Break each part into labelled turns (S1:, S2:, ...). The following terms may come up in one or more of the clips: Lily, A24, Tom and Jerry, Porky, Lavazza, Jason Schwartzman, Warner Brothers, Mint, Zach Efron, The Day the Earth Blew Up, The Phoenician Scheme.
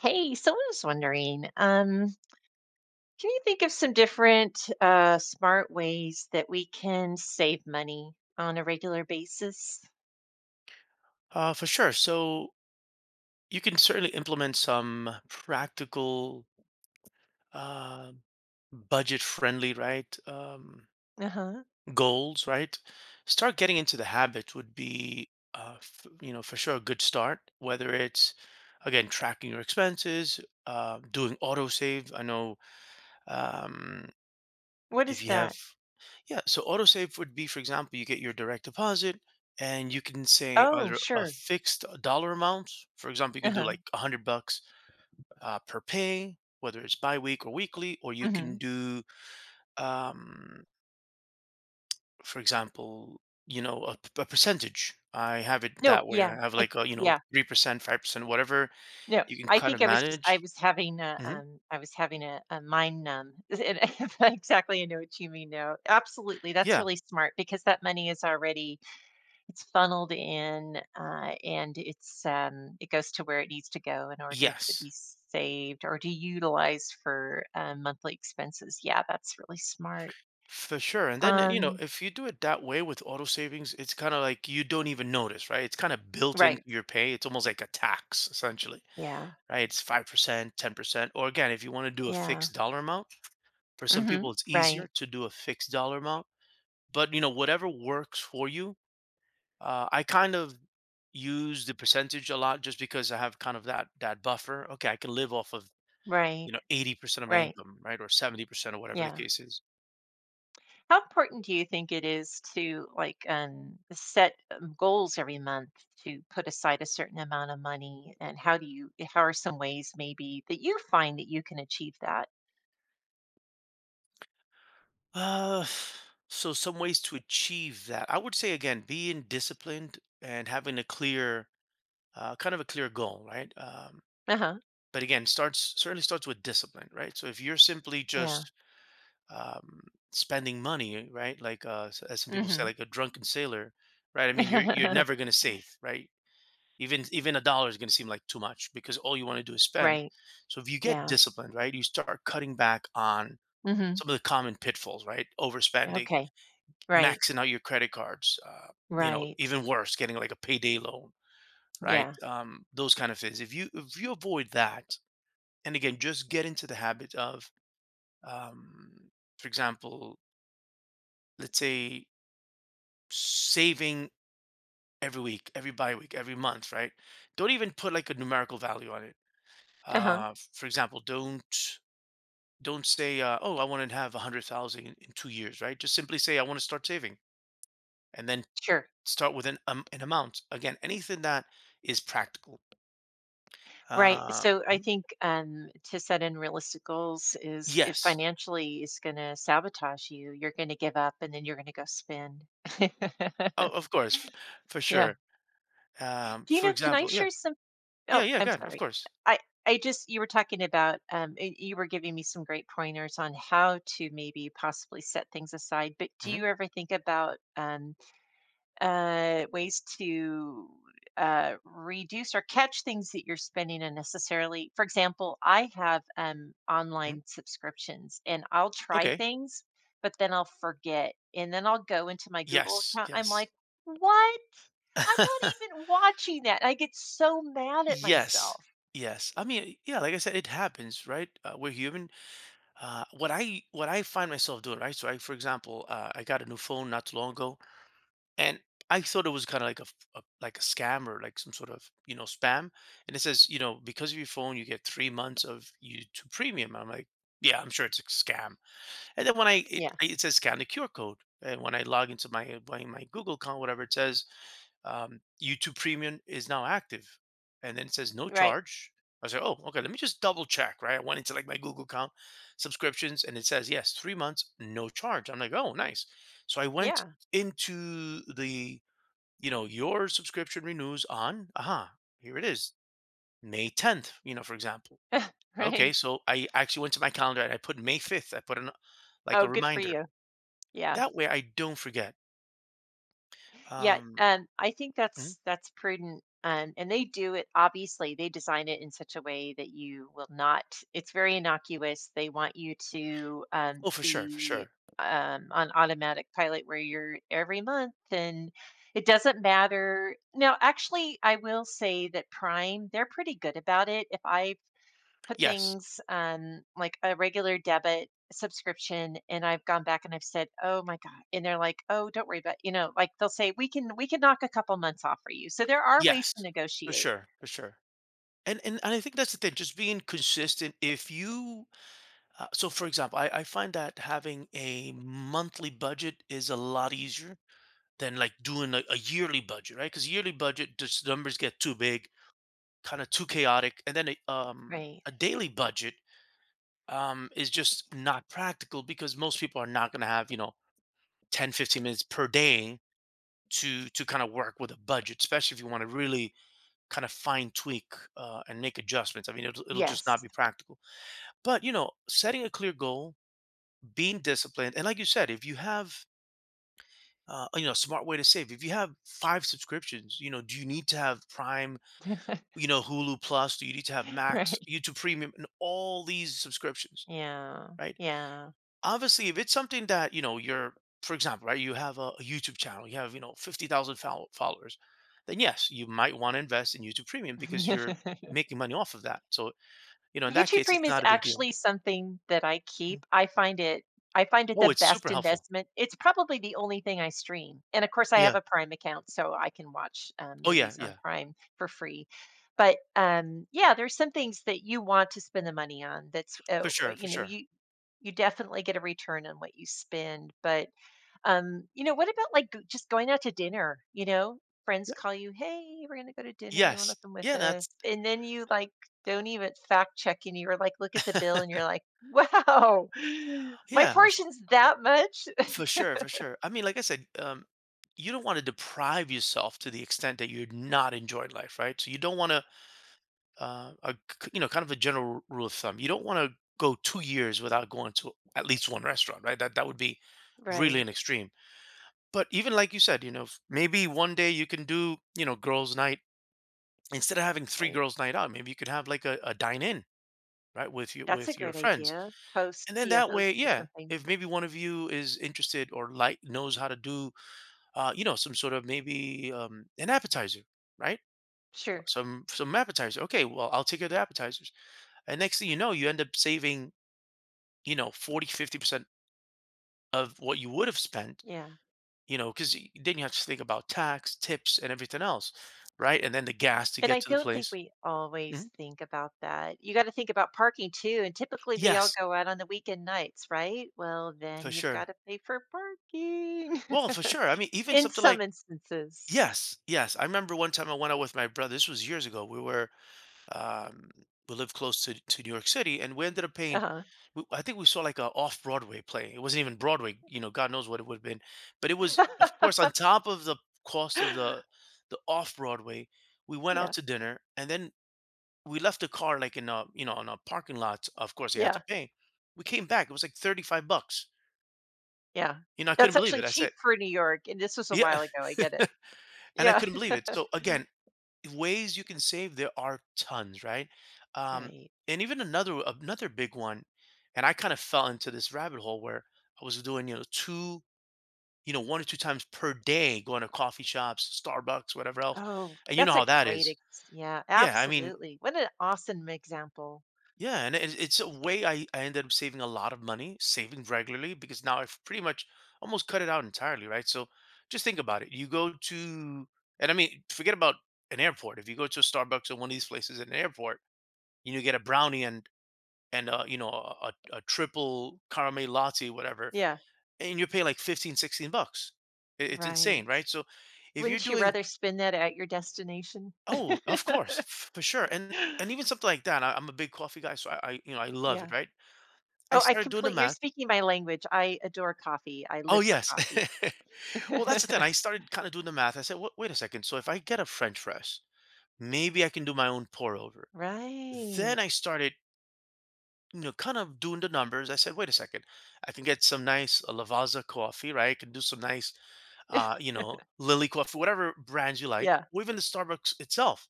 S1: Hey, someone was wondering, can you think of some different smart ways that we can save money on a regular basis?
S2: For sure. So you can certainly implement some practical, uh, budget-friendly, right,
S1: Uh-huh.
S2: goals, right? Start getting into the habit would be, for sure a good start. Whether it's again tracking your expenses, doing autosave. I know um,
S1: What
S2: if
S1: is
S2: you have,
S1: that?
S2: yeah. So autosave would be, for example, you get your direct deposit. And you can say
S1: Oh,
S2: either a
S1: sure.
S2: fixed dollar amount, for example, you can do
S1: Uh-huh.
S2: like $100 per pay, whether it's bi week or weekly, or you
S1: Hmm.
S2: can do, um, for example, you know, a percentage. I have it
S1: No,
S2: that way.
S1: yeah.
S2: I have
S1: I,
S2: like, a, you know,
S1: yeah.
S2: 3%, 5%, whatever
S1: No,
S2: you can
S1: I
S2: kind of
S1: think I was just I
S2: manage.
S1: was having a
S2: Hmm.
S1: I was having a mind numb. And exactly, I know what you mean now. Absolutely. That's
S2: Yeah.
S1: really smart because that money is already, it's funneled in, and it goes to where it needs to go in order to
S2: Yes,
S1: be saved or to utilize for monthly expenses. Yeah, that's really smart.
S2: for sure. And then, you know,
S1: Um.
S2: if you do it that way with auto savings, it's kind of like you don't even notice, right? It's kind of built into
S1: Right.
S2: your pay. It's almost like a tax, essentially,
S1: Yeah.
S2: right? It's 5%, 10%. Or again, if you want to do a
S1: Yeah.
S2: fixed dollar amount, for some
S1: Hmm.
S2: people, it's
S1: Right.
S2: easier to do a fixed dollar amount, but you know, whatever works for you. I kind of use the percentage a lot just because I have kind of that buffer. Okay, I can live off of
S1: Right.
S2: 80% of my
S1: Right.
S2: income, right, or 70% or whatever the
S1: Yeah.
S2: case is.
S1: How important do you think it is to, like, set goals every month to put aside a certain amount of money? And how do you how are some ways maybe that you find that you can achieve that?
S2: Uh, so some ways to achieve that. I would say again, being disciplined and having a clear, kind of a clear goal, right?
S1: Uh-huh.
S2: But again, starts certainly starts with discipline, right? So if you're simply
S1: Yeah.
S2: just um, spending money, right? Like as some people say,
S1: Mhm.
S2: like a drunken sailor, right? I mean, you're never gonna save, right? Even a dollar is gonna seem like too much because all you want to do is spend.
S1: Right.
S2: So if you get
S1: Yeah.
S2: disciplined, right, you start cutting back on
S1: Mhm.
S2: some of the common pitfalls, right? Overspending,
S1: Okay. Right.
S2: maxing out your credit cards, you know,
S1: Right.
S2: even worse, getting like a payday loan, right?
S1: Yeah.
S2: Those kind of things. If you avoid that, and again, just get into the habit of, um, for example, let's say saving every week, every bi week, every month, right? Don't even put like a numerical value on it.
S1: Uh-huh.
S2: For example, don't say, "Oh, I want to have a hundred thousand in 2 years," right? Just simply say, "I want to start saving," and then
S1: Sure.
S2: start with an amount. Again, anything that is practical.
S1: Right. So I
S2: Mhm.
S1: think, to set in realistic goals, is if
S2: Yes.
S1: financially is going to sabotage you, you're going to give up and then you're going to go spend.
S2: Oh, of course, for
S1: Yeah.
S2: sure.
S1: Do you
S2: For
S1: know, can I
S2: example, yeah,
S1: share some?
S2: yeah,
S1: Oh,
S2: yeah.
S1: I'm
S2: Good, of
S1: sorry.
S2: course.
S1: I, I just, you were talking about, you were giving me some great pointers on how to maybe possibly set things aside. But do
S2: Hmm.
S1: you ever think about, ways to, reduce or catch things that you're spending unnecessarily? For example, I have,
S2: Hmm.
S1: online subscriptions, and I'll try
S2: Okay.
S1: things, but then I'll forget. And then I'll go into my Google
S2: Yes.
S1: account. I'm
S2: Yes.
S1: like, what? I'm not even watching that. I get so mad at
S2: Yes.
S1: myself.
S2: Yes. I mean, yeah, like I said, it happens, right? We're human. What I find myself doing, right? So I, for example, I got a new phone not too long ago. And I thought it was kinda like a f a like a scam or like some sort of, you know, spam, and it says, you know, "Because of your phone, you get 3 months of YouTube Premium." I'm like, "Yeah, I'm sure it's a scam." And then when I it
S1: Yeah.
S2: it says scan the QR code, and when I log into my Google account, whatever, it says, "YouTube Premium is now active." And then it says, "No
S1: Right.
S2: charge." I said, "Oh, okay, let me just double check," right? I went into, like, my Google account, subscriptions, and it says, "Yes, 3 months, no charge." I'm like, "Oh, nice." So I went
S1: Yeah.
S2: into the you know, your subscription renews on, aha, here it is, May 10th, you know, for example. Okay,
S1: Right.
S2: so I actually went to my calendar and I put May 5th. I put an like
S1: Oh,
S2: a
S1: good for
S2: reminder.
S1: you. Yeah.
S2: That way I don't forget.
S1: Yeah,
S2: Um,
S1: I think
S2: mhm.
S1: that's prudent, and they do it. Obviously, they design it in such a way that you will not. It's very innocuous. They want you to,
S2: Oh, for sure, for
S1: be
S2: sure.
S1: on automatic pilot where you're every month, and it doesn't matter. Now, actually, I will say that Prime, they're pretty good about it. If I put
S2: Yes.
S1: things, like a regular debit subscription, and I've gone back and I've said, "Oh my god." And they're like, "Oh, don't worry about, you know, like they'll say, we can knock a couple months off for you." So there are ways
S2: Yes.
S1: to
S2: For
S1: negotiate.
S2: sure, for sure. And I think that's the thing, just being consistent. If you, so for example, I find that having a monthly budget is a lot easier than like doing a yearly budget, right? Because yearly budget, just numbers get too big. Kind of too chaotic. And then a, um,
S1: Right.
S2: a daily budget is just not practical because most people are not going to have, you know, 10, 15 minutes per day to kind of work with a budget, especially if you want to really kind of fine tweak and make adjustments. I mean, it'll just not
S1: Yes.
S2: be practical. But, you know, setting a clear goal, being disciplined. And like you said, if you have, you know, a smart way to save, if you have five subscriptions, you know, do you need to have Prime? You know, Hulu Plus, do you need to have Max,
S1: Right.
S2: YouTube Premium, and all these subscriptions,
S1: Yeah.
S2: right?
S1: Yeah.
S2: Obviously, if it's something that, you know, you're, for example, right, you have a YouTube channel, you have, you know, 50,000 followers, then yes, you might want to invest in YouTube Premium because you're making money off of that. So, you know, in that
S1: YouTube
S2: case,
S1: Premium
S2: it's
S1: is
S2: not a big deal.
S1: actually something that I
S2: Mm.
S1: keep. I find it the
S2: Oh, it's
S1: best
S2: super helpful.
S1: investment. It's probably the only thing I stream, and of course, I have
S2: Yeah.
S1: a Prime account, so I can watch,
S2: Oh, yeah.
S1: movies on
S2: Yeah.
S1: Prime for free. But, yeah, there's some things that you want to spend the money on that's,
S2: For sure. For
S1: you know,
S2: sure.
S1: you definitely get a return on what you spend, but, what about, like, just going out to dinner? You know, friends
S2: Yeah.
S1: call you, hey, we're gonna go to dinner. Anyone wanna
S2: Yes.
S1: come with
S2: Yeah.
S1: us?
S2: That's,
S1: And then you, like, don't even fact check and you're like, look at the bill and you're like, wow, my
S2: yeah.
S1: portion's that much.
S2: For sure, for sure. I mean, like I said, you don't want to deprive yourself to the extent that you're not enjoying life, right? So you don't want to, a c you know, kind of a general rule of thumb. You don't want to go 2 years without going to at least one restaurant, right? That would be really
S1: Right,
S2: an extreme. But even like you said, you know, maybe one day you can do, you know, girls' night instead of having three
S1: right.
S2: girls' night out. Maybe you could have like a dine-in, right, with your
S1: That's a
S2: with your
S1: great
S2: friends,
S1: idea. Host,
S2: and then
S1: be a
S2: that way,
S1: host or
S2: yeah,
S1: something.
S2: if maybe one of you is interested or like knows how to do you know, some sort of maybe an appetizer, right?
S1: Sure.
S2: Some appetizer. Okay, well, I'll take care of the appetizers. And next thing you know, you end up saving, you know, 40, 50% of what you would have spent,
S1: Yeah.
S2: you know, because then you have to think about tax, tips, and everything else, right? And then the gas to
S1: And
S2: get
S1: I
S2: to the
S1: don't think
S2: place.
S1: we always
S2: Mhm.
S1: think about that. You gotta think about parking too, and typically we all
S2: Yes,
S1: go out on the weekend nights, right? Well, then
S2: for
S1: you've
S2: sure.
S1: gotta pay for parking.
S2: Well, for sure. I mean, even
S1: In
S2: something
S1: some
S2: like,
S1: instances.
S2: yes, yes. I remember one time I went out with my brother. This was years ago. We were, um, we lived close to New York City and we ended up paying.
S1: Uh-huh.
S2: We, I think we saw like a off Broadway play. It wasn't even Broadway, you know, God knows what it would have been. But it was, of course, on top of the cost of the off Broadway. We went out
S1: Yeah,
S2: to dinner, and then we left the car like in a, you know, on a parking lot. Of course, you had to
S1: yeah,
S2: pay. We came back. It was like $35.
S1: yeah.
S2: You know, I couldn't
S1: That's
S2: believe
S1: actually
S2: it. I
S1: cheap
S2: said,
S1: for New York, and this was a while
S2: yeah,
S1: ago, I get it.
S2: and I
S1: Yeah.
S2: couldn't believe it. So again, ways you can save there are tons, right? Um,
S1: Right.
S2: and even another big one, and I kind of fell into this rabbit hole where I was doing, you know, two you know, 1 or 2 times per day going to coffee shops, Starbucks, whatever else,
S1: Oh,
S2: and you know
S1: that's a
S2: how that
S1: great
S2: is.
S1: ex yeah,
S2: Yeah, I mean,
S1: absolutely. What an awesome example.
S2: yeah, and it's a way I ended up saving a lot of money, saving regularly because now I've pretty much almost cut it out entirely, right? So, just think about it. You go to, and I mean, forget about an airport. If you go to a Starbucks or one of these places at an airport, and you know, get a brownie and, you know, a triple caramel latte, whatever,
S1: Yeah,
S2: and you pay like 15, $16. I It's
S1: right.
S2: insane, right? So, if you're
S1: Wouldn't you
S2: doing.
S1: rather spend that at your destination?
S2: Oh, of course, f for sure, and even something like that, I'm a big coffee guy, so you know, I love it,
S1: Yeah.
S2: right? I
S1: Oh, I
S2: started doing the
S1: complete you're
S2: math.
S1: speaking my language. I adore coffee. I
S2: Oh,
S1: live for
S2: yes.
S1: coffee.
S2: Well, that's the thing, I started kinda doing the math, I said, "W Wait a second, so if I get a French press, maybe I can do my own pour over." Then I
S1: Right.
S2: started, you know, kind of doing the numbers, I said, "Wait a second, I can get some nice Lavazza coffee, right? I can do some nice, you know, Lily coffee," whatever brands you like,
S1: Yeah,
S2: or even the Starbucks itself.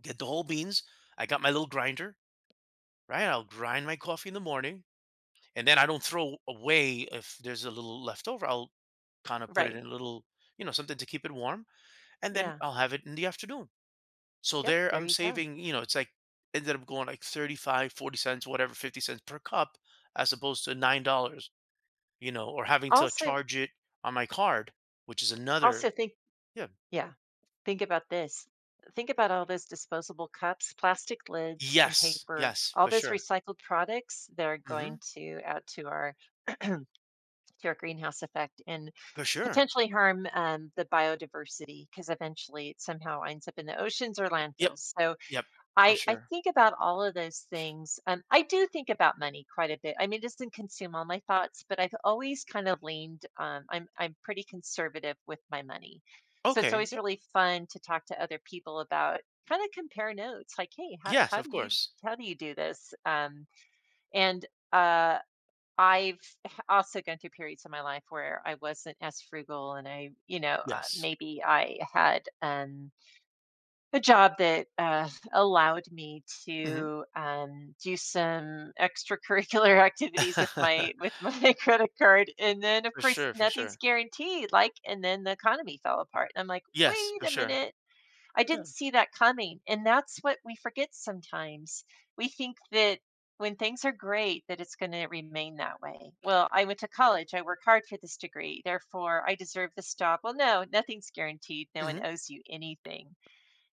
S2: Get the whole beans, I got my little grinder, right? I'll grind my coffee in the morning, and then I don't throw away if there's a little left over. I'll kind of put it
S1: right.
S2: in a little, something to keep it warm, and then
S1: Yeah.
S2: I'll have it in the afternoon. So
S1: Yep,
S2: there
S1: there
S2: I'm
S1: you go.
S2: saving, you know, it's like ended up going like 35, 40 cents, whatever, 50 cents per cup as opposed to $9, you know, or having to
S1: Also
S2: charge it on my card, which is another,
S1: also think
S2: yeah.
S1: Yeah, think about this. Think about all those disposable cups, plastic lids, and
S2: Yes,
S1: paper,
S2: yes,
S1: all
S2: for
S1: those
S2: sure.
S1: recycled products they are going
S2: Hmm.
S1: to out to our to a greenhouse effect, and
S2: For sure.
S1: potentially harm, the biodiversity because eventually it somehow ends up in the oceans or
S2: Yep,
S1: landfills. So
S2: yep, for
S1: I
S2: sure.
S1: think about all of those things. I do think about money quite a bit. I mean, it doesn't consume all my thoughts, but I've always kind of leaned. I'm pretty conservative with my money, so it's
S2: Okay.
S1: always
S2: Yep.
S1: really fun to talk to other people about, kind of compare notes. Like, hey,
S2: Yes,
S1: how
S2: of
S1: do you,
S2: course.
S1: how do you do this? And uh, I've also gone through periods in my life where I wasn't as frugal, and I, you know,
S2: Yes.
S1: maybe I had, a job that, allowed me
S2: Hmm.
S1: to, do some extracurricular activities with my with my credit card, and then of
S2: For
S1: course
S2: sure, for
S1: nothing's
S2: sure.
S1: guaranteed. Like, and then the economy fell apart, and I'm like,
S2: Yes,
S1: wait
S2: for
S1: a
S2: sure.
S1: minute, I
S2: Yeah.
S1: didn't see that coming, and that's what we forget sometimes. We think that when things are great, that it's going to remain that way. Well, I went to college. I work hard for this degree. Therefore, I deserve this job. Well, no, nothing's guaranteed. No one
S2: Mhm.
S1: owes you anything.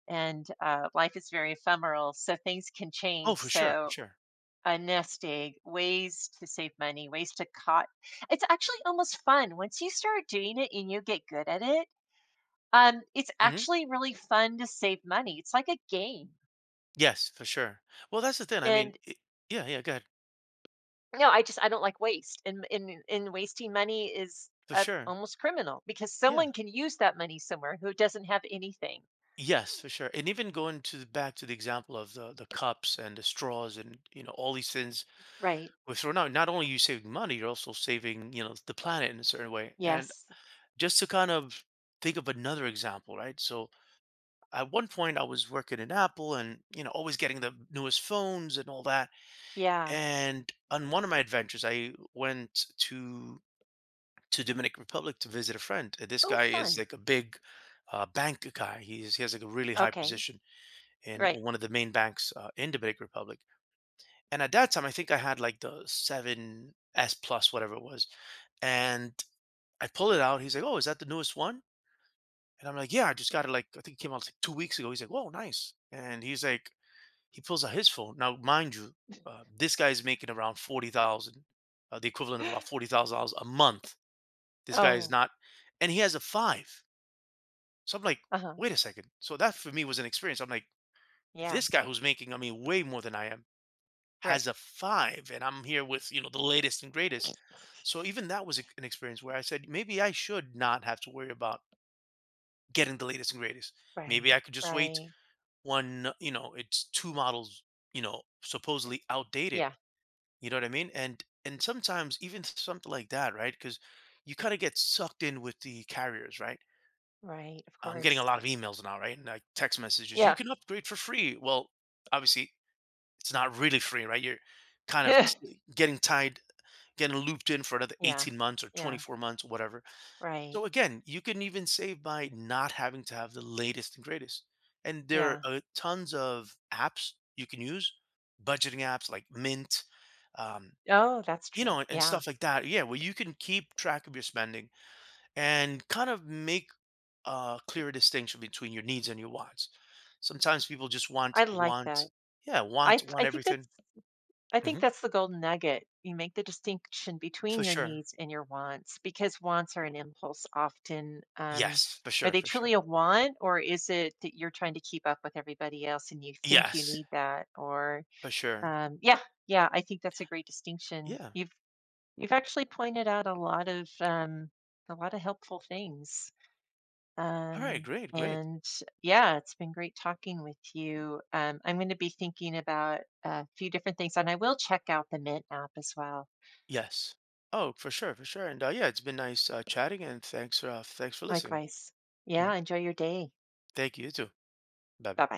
S1: And life is very ephemeral. So things can
S2: Oh,
S1: change.
S2: for sure, for
S1: So
S2: sure.
S1: a nest egg, ways to save money, ways to cut. It's actually almost fun. Once you start doing it and you get good at it, it's
S2: Mhm.
S1: actually really fun to save money. It's like a game.
S2: Yes, for sure. Well, that's the thing. I mean,
S1: And
S2: it Yeah, yeah, go ahead.
S1: no, I don't like waste. And in wasting money is,
S2: For sure.
S1: almost criminal because
S2: Yeah.
S1: someone can use that money somewhere who doesn't have anything.
S2: Yes, for sure. And even going to the back to the example of the cups and the straws and, you know, all these things
S1: Right.
S2: we're throwing out, not only are you saving money, you're also saving, you know, the planet in a certain way. And
S1: Yes.
S2: just to kind of think of another example, right? So at one point I was working in Apple and, you know, always getting the newest phones and all that.
S1: Yeah.
S2: And on one of my adventures, I went to Dominican Republic to visit a friend. This
S1: Oh,
S2: guy is
S1: fun.
S2: like a big bank guy. He has like a really high
S1: Okay.
S2: position in
S1: Right.
S2: one of the main banks in Dominican Republic. And at that time, I think I had like the seven S plus whatever it was, and I pull it out. He's like, "Oh, is that the newest one?" And I'm like, "Yeah, I just got it. Like I think it came out like 2 weeks ago." He's like, "Whoa, nice!" And he's like, he pulls out his phone. Now, mind you, this guy is making around 40,000, the equivalent of about $40,000 a month. This guy is
S1: Oh.
S2: not, and he has a five. So I'm like,
S1: Uh-huh.
S2: wait a second. So that for me was an experience. I'm like, if
S1: Yeah.
S2: this guy who's making, I mean, way more than I am,
S1: Right.
S2: has a five, and I'm here with, you know, the latest and greatest. So even that was an experience where I said, maybe I should not have to worry about getting the latest and greatest. Maybe
S1: Right.
S2: I could just wait
S1: Right.
S2: one, you know, it's two models, you know, supposedly outdated.
S1: Yeah.
S2: You know what I mean? And sometimes even something like that, right? Because you kind of get sucked in with the carriers, right?
S1: Right. Of
S2: I'm getting a
S1: course.
S2: lot of emails now, right? And like text messages. You
S1: Yeah.
S2: can upgrade for free. Well, obviously it's not really free, right? You're kind of getting tied, getting looped in for another
S1: Yeah.
S2: 18 months or
S1: Yeah.
S2: 24 months, whatever.
S1: Right.
S2: So again, you can even save by not having to have the latest and greatest. And there are
S1: Yeah.
S2: tons of apps you can use, budgeting apps like Mint, um,
S1: Oh, that's
S2: you
S1: true.
S2: know, and
S1: Yeah.
S2: stuff like that. Yeah, where you can keep track of your spending and kind of make a clear distinction between your needs and your wants. Sometimes people just want
S1: I like
S2: want
S1: that.
S2: yeah, want want
S1: I think that's,
S2: everything.
S1: I think
S2: Mhm.
S1: that's the golden nugget. You make the distinction between
S2: For
S1: your
S2: sure.
S1: needs and your wants because wants are an impulse often.
S2: Yes, for
S1: Are
S2: sure,
S1: they
S2: for
S1: truly
S2: sure.
S1: a want, or is it that you're trying to keep up with everybody else and you think you
S2: Yes,
S1: need that? Or,
S2: for sure.
S1: yeah, yeah, I think that's a great distinction.
S2: Yeah.
S1: You've actually pointed out a lot of, a lot of helpful things.
S2: All right,
S1: Um,
S2: great, great.
S1: and yeah, it's been great talking with you. I'm going to be thinking about a few different things, and I will check out the Mint app as well.
S2: Yes. Oh, for sure, for sure. And yeah, it's been nice chatting and thanks for thanks for listening.
S1: Likewise. Yeah,
S2: Mhm.
S1: enjoy your day.
S2: Thank you, you too. Bye-bye.
S1: Bye bye.